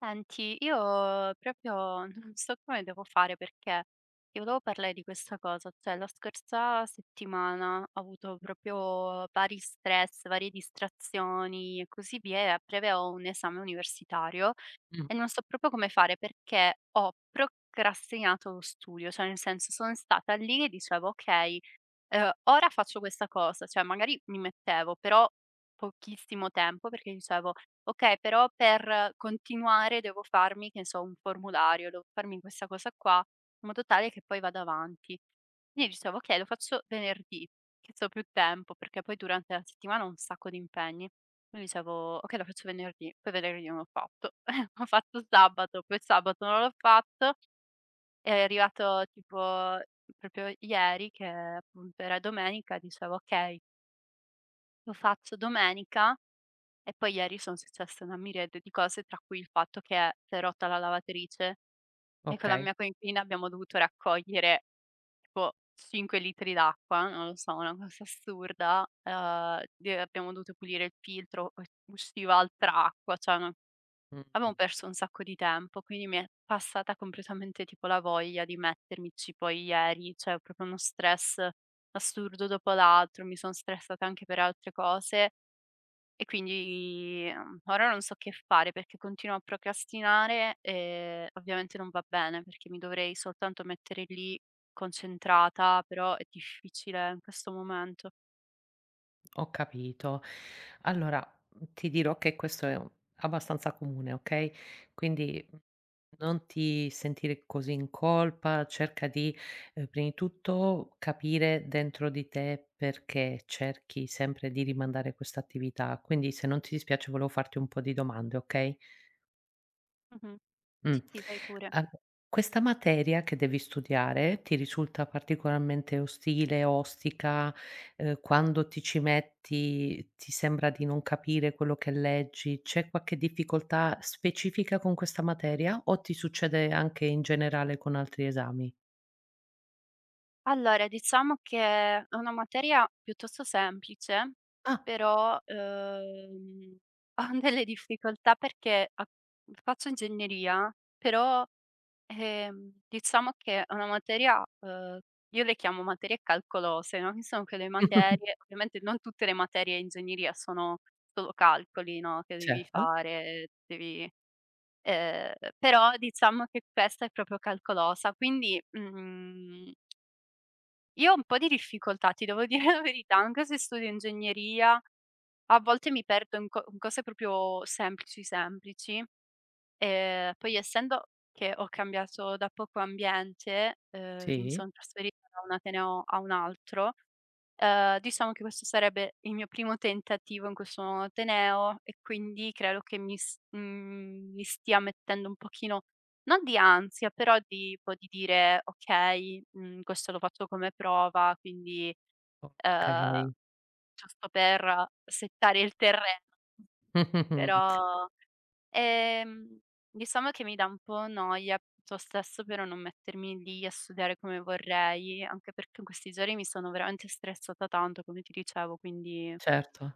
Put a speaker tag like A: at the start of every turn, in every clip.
A: Senti, io proprio non so come devo fare perché ti volevo parlare di questa cosa, cioè la scorsa settimana ho avuto proprio vari stress, varie distrazioni e così via, e a breve ho un esame universitario
B: Mh,
A: e non so proprio come fare perché ho procrastinato lo studio, cioè nel senso sono stata lì e dicevo ok, ora faccio questa cosa, cioè magari mi mettevo, però pochissimo tempo, perché dicevo: "Okay, però per continuare devo farmi, che ne so, un formulario, devo farmi questa cosa qua, in modo tale che poi vado avanti". Quindi dicevo: "Okay, lo faccio venerdì, che c'ho più tempo", perché poi durante la settimana ho un sacco di impegni. Quindi dicevo: "Okay, lo faccio venerdì", poi venerdì non l'ho fatto. Ho fatto sabato, poi sabato non l'ho fatto, è arrivato tipo proprio ieri che, appunto, era domenica, dicevo: "Okay, lo faccio domenica", e poi ieri sono successe una miriade di cose, tra cui il fatto che s'è rotta la lavatrice e con la
B: okay,
A: mia coinquilina abbiamo dovuto raccogliere tipo 5 litri d'acqua, non lo so, una cosa assurda, de abbiamo dovuto pulire il filtro, poi usciva altra acqua, cioè una...
B: mh,
A: Avevo perso un sacco di tempo, quindi mi è passata completamente tipo la voglia di mettermici poi ieri, cioè ho proprio uno stress assurdo dopo l'altro, mi son stressata anche per altre cose e quindi, ora non so che fare perché continuo a procrastinare e ovviamente non va bene, perché mi dovrei soltanto mettere lì concentrata, però è difficile in questo momento.
B: Ho capito. Allora, ti dirò che questo è u abbastanza comune, okay, quindi, non ti sentire così in colpa, cerca di, prima di tutto capire dentro di te perché cerchi sempre di rimandare questa attività. Quindi se non ti dispiace volevo farti un po' di domande, okay?
A: Mh-mh.
B: Mh.
A: Sì, sì, vai pure.
B: A questa materia che devi studiare ti risulta particolarmente ostile, ostica? Quando ti ci metti ti sembra di non capire quello che leggi? C'è qualche difficoltà specifica con questa materia o ti succede anche in generale con altri esami?
A: Allora, diciamo che è una materia piuttosto semplice,
B: Ah,
A: però, ho delle difficoltà perché a faccio ingegneria, però, diciamo che è una materia, io le chiamo materie calcolose, no, che sono quelle materie ovviamente non tutte le materie in ingegneria sono solo calcoli, no, che devi
B: certo,
A: fare, devi ehm, però diciamo che questa è proprio calcolosa, quindi, mhmm io ho un po' di difficoltà, ti devo dire la verità, anche se studio ingegneria, a volte mi perdo in co in cose proprio semplici, semplici. Poi essendo che ho cambiato da poco ambiente, ri mi
B: sì,
A: son trasferita da un ateneo a un altro. Diciamo che questo sarebbe il mio primo tentativo in questo nuovo ateneo e quindi credo che mi stia mettendo un pochino non di ansia, però tipo di dire: "Okay, questo lo faccio come prova, quindi, ehm,
B: okay.
A: giusto per settare il terreno." Però Ehm, diciamo che mi dà un po' noia piuttosto stesso però non mettermi lì a studiare come vorrei, anche perché in questi giorni mi sono veramente stressata tanto, come ti dicevo, quindi...
B: Certo.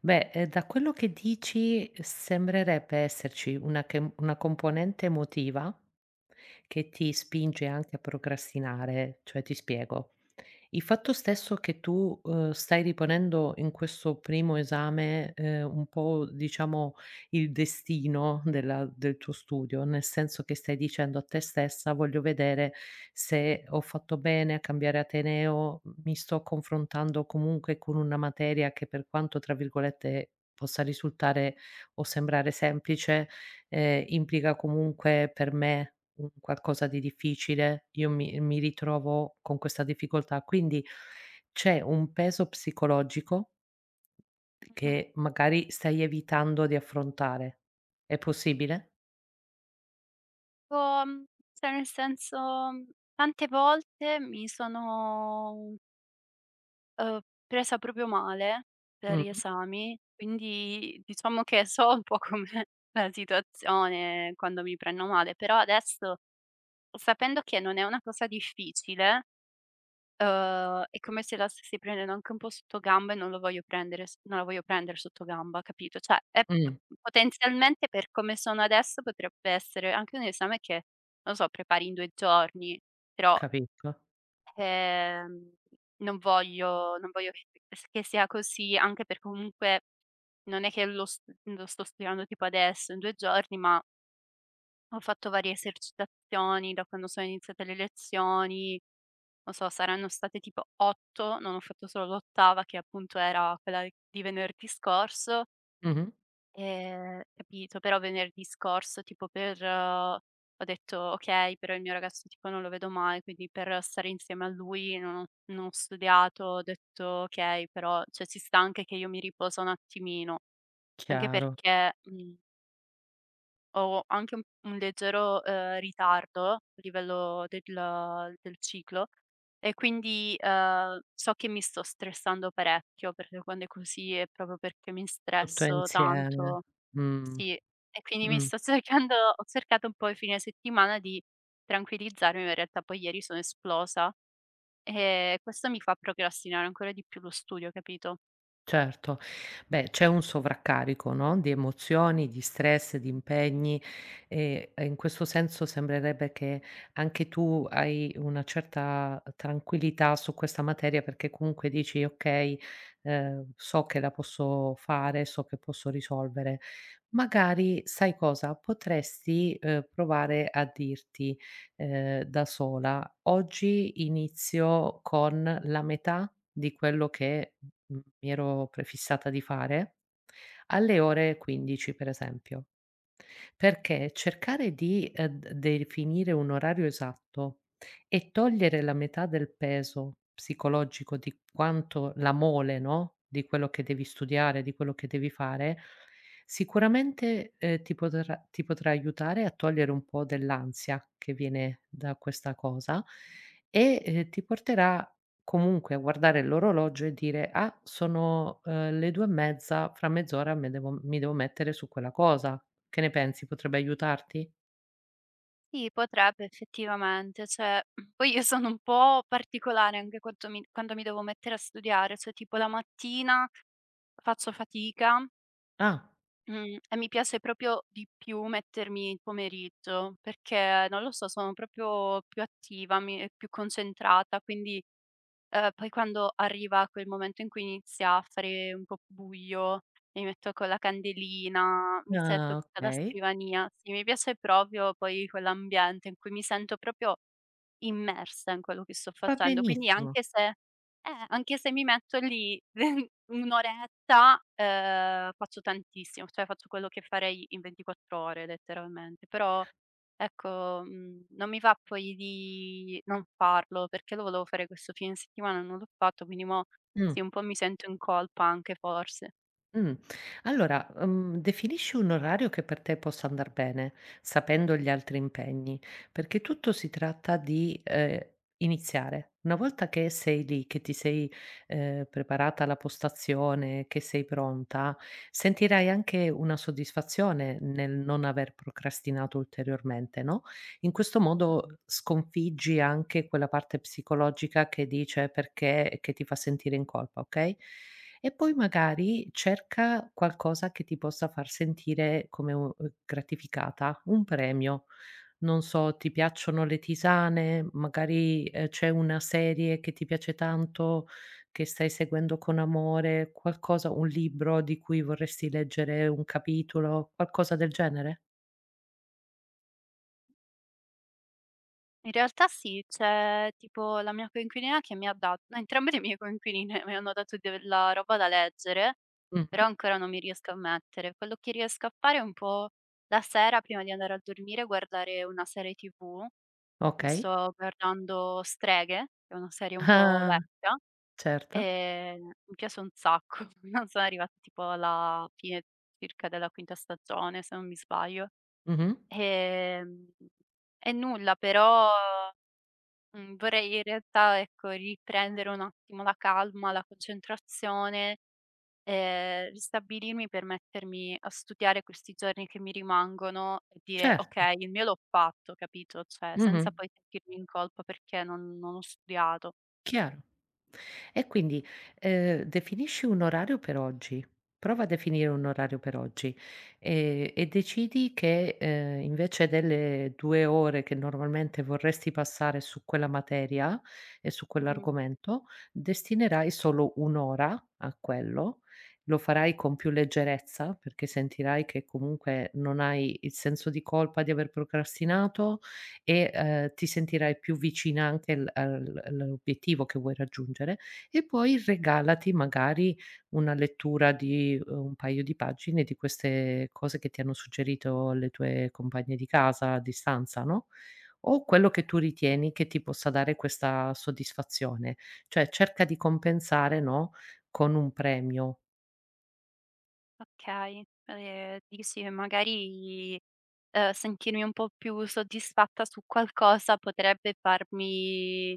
B: Beh, da quello che dici sembrerebbe esserci una chem una componente emotiva che ti spinge anche a procrastinare. Cioè, ti spiego: il fatto stesso che tu, stai riponendo in questo primo esame, un po' diciamo il destino del tuo studio, nel senso che stai dicendo a te stessa: "Voglio vedere se ho fatto bene a cambiare ateneo, m mi sto confrontando comunque con una materia che per quanto, tra virgolette, possa risultare o sembrare semplice, implica comunque per me un qualcosa di difficile, io mi ritrovo con questa difficoltà. Quindi c'è un peso psicologico
A: Mh-mh.
B: che magari stai evitando di affrontare. È possibile?
A: Boh, cioè nel senso, tante volte mi sono, uhm, presa proprio male per
B: Mh,
A: gli esami, quindi diciamo che so un po' com'è la situazione quando mi prendo male, però adesso, sapendo che non è una cosa difficile, è come se la stessi prendendo anche un po' sottogamba e non lo voglio prendere s non la voglio prendere sottogamba, capito? Cioè, è p
B: mh,
A: potenzialmente per come sono adesso potrebbe essere anche un esame che, non lo so, prepari in 2 giorni, però,
B: capito.
A: ehm, non voglio che sia così, anche per comunque non è che lo sto studiando tipo adesso in 2 giorni, ma ho fatto varie esercitazioni da quando sono iniziate le lezioni, non so, saranno state tipo 8, non ho fatto solo l'8ª che appunto era quella di venerdì scorso,
B: Mh-mh.
A: capito, però venerdì scorso tipo per ho detto: "Okay, però il mio ragazzo tipo non lo vedo mai, quindi per stare insieme a lui non ho studiato." Ho detto: "Okay, però cioè ci sta anche che io mi riposo un attimino." Anche
B: Chiaro,
A: perché, mhmm ho anche un leggero, ritardo a livello del del ciclo e quindi, so che mi sto stressando parecchio, perché quando è così è proprio perché mi
B: tutto
A: stresso
B: insieme.
A: tanto.
B: Mh,
A: Sì, e quindi mi
B: mh.
A: sto cercando ho cercato un po' i fine settimana di tranquillizzarmi, ma in realtà poi ieri sono esplosa e questo mi fa procrastinare ancora di più lo studio, capito?
B: Certo. Beh, c'è un sovraccarico, no, di emozioni, di stress, di impegni e in questo senso sembrerebbe che anche tu hai una certa tranquillità su questa materia perché comunque dici: "Okay, so che la posso fare, so che posso risolvere". Magari sai cosa? Potresti, provare a dirti da sola. Oggi inizio con la metà di quello che, mi ero prefissata di fare alle ore 15, per esempio. Perché cercare di, d definire un orario esatto e togliere la metà del peso psicologico di quanto la mole, no, di quello che devi studiare, di quello che devi fare, sicuramente, ehm, ti potrà aiutare a togliere un po' dell'ansia che viene da questa cosa e, ti porterà comunque a guardare l'orologio e dire: "Ah, sono, le 2 e mezza, fra mezz'ora me devo mi devo mettere su quella cosa". Che ne pensi? Potrebbe aiutarti?
A: Sì, potrebbe effettivamente, cioè poi io sono un po' particolare anche quanto mi quando mi devo mettere a studiare, cioè tipo la mattina faccio fatica,
B: Ah,
A: mhmm, e mi piace proprio di più mettermi il pomeriggio, perché non lo so, sono proprio più attiva, mi più concentrata, quindi poi quando arriva quel momento in cui inizia a fare un po' buio, mi metto con la candelina, mi setto
B: ah,
A: tutta da
B: okay.
A: scrivania. Sì, mi piace proprio poi quell'ambiente in cui mi sento proprio immersa in quello che sto
B: Va
A: facendo, quindi
B: benissimo.
A: anche se mi metto lì un'oretta, faccio tantissimo, cioè faccio quello che farei in 24 ore letteralmente, però ecco, non mi va poi di non farlo, perché lo volevo fare questo fine settimana, non l'ho fatto, quindi mo'
B: Mh,
A: sì, un po' mi sento in colpa anche forse.
B: mh. Allora, definisci un orario che per te possa andar bene, sapendo gli altri impegni, perché tutto si tratta di, iniziare. Una volta che sei lì, che ti sei, preparata la postazione, che sei pronta, sentirai anche una soddisfazione nel non aver procrastinato ulteriormente, no? In questo modo sconfiggi anche quella parte psicologica che dice perché che ti fa sentire in colpa, okay, e poi magari cerca qualcosa che ti possa far sentire come u gratificata, un premio. Non so, ti piacciono le tisane, magari, c'è una serie che ti piace tanto, che stai seguendo con amore, qualcosa un libro di cui vorresti leggere un capitolo, qualcosa del genere?
A: In realtà sì, c'è tipo la mia coinquilina che mi ha dato, no, entrambe le mie coinquiline mi hanno dato della roba da leggere, però
B: Mh-mh.
A: ancora non mi riesco a mettere. Quello che riesco a fare è un po' la sera prima di andare a dormire guardare una serie TV. Mi
B: Okay.
A: sto guardando Streghe, che è una serie un po'
B: Ah.
A: vecchia,
B: Certo.
A: mi piace un sacco. Non sono arrivata tipo alla fine circa della quinta stagione, se non mi sbaglio.
B: Mh-mh.
A: Ehm, e nulla, però Mhmm, vorrei in realtà, ecco, riprendere un attimo la calma, la concentrazione, ristabilirmi per mettermi a studiare questi giorni che mi rimangono e dire:
B: Certo.
A: "Okay, il mio l'ho fatto", capito, cioè senza
B: Mh-mh.
A: poi sentirmi in colpa perché non ho studiato.
B: Chiaro. E quindi, definisci un orario per oggi. Prova a definire un orario per oggi, e decidi che, invece delle 2 ore che normalmente vorresti passare su quella materia e su
A: Mh-mh.
B: quell'argomento, destinerai solo 1 ora a quello. Lo farai con più leggerezza, perché sentirai che comunque non hai il senso di colpa di aver procrastinato, e, ti sentirai più vicina anche al al all'obiettivo che vuoi raggiungere e poi regalati magari una lettura di un paio di pagine di queste cose che ti hanno suggerito le tue compagne di casa a distanza, no, o quello che tu
A: Okay.
B: ritieni che ti possa dare questa soddisfazione. Cioè cerca di compensare, no, con un premio.
A: Okay, dici magari, sentirmi un po' più soddisfatta su qualcosa potrebbe farmi,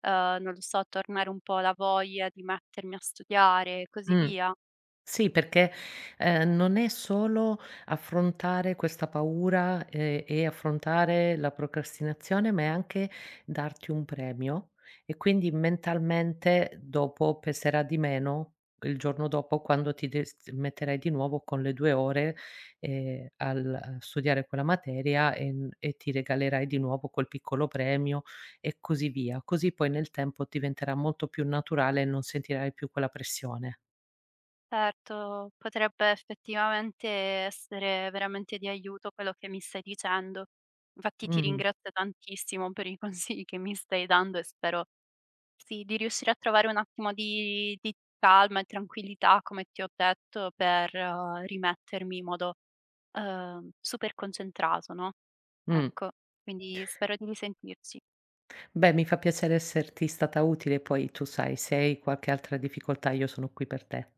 A: non lo so, tornare un po' la voglia di mettermi a studiare e così
B: Mh.
A: via.
B: Sì, perché, non è solo affrontare questa paura, e affrontare la procrastinazione, ma è anche darti un premio e quindi mentalmente dopo peserà di meno il giorno dopo quando ti des metterai di nuovo con le 2 ore, al a studiare quella materia e ti regalerai di nuovo quel piccolo premio e così via. Così poi nel tempo diventerà molto più naturale e non sentirai più quella pressione.
A: Certo, potrebbe effettivamente essere veramente di aiuto quello che mi stai dicendo. Infatti ti
B: Mh.
A: ringrazio tantissimo per i consigli che mi stai dando e spero... Sì, di riuscire a trovare un attimo di calma e tranquillità, come ti ho detto, per rimettermi in modo, super concentrato, no,
B: Mh.
A: ecco, quindi spero di risentirci.
B: Beh, mi fa piacere esserti stata utile, poi tu sai, se hai qualche altra difficoltà io sono qui per te.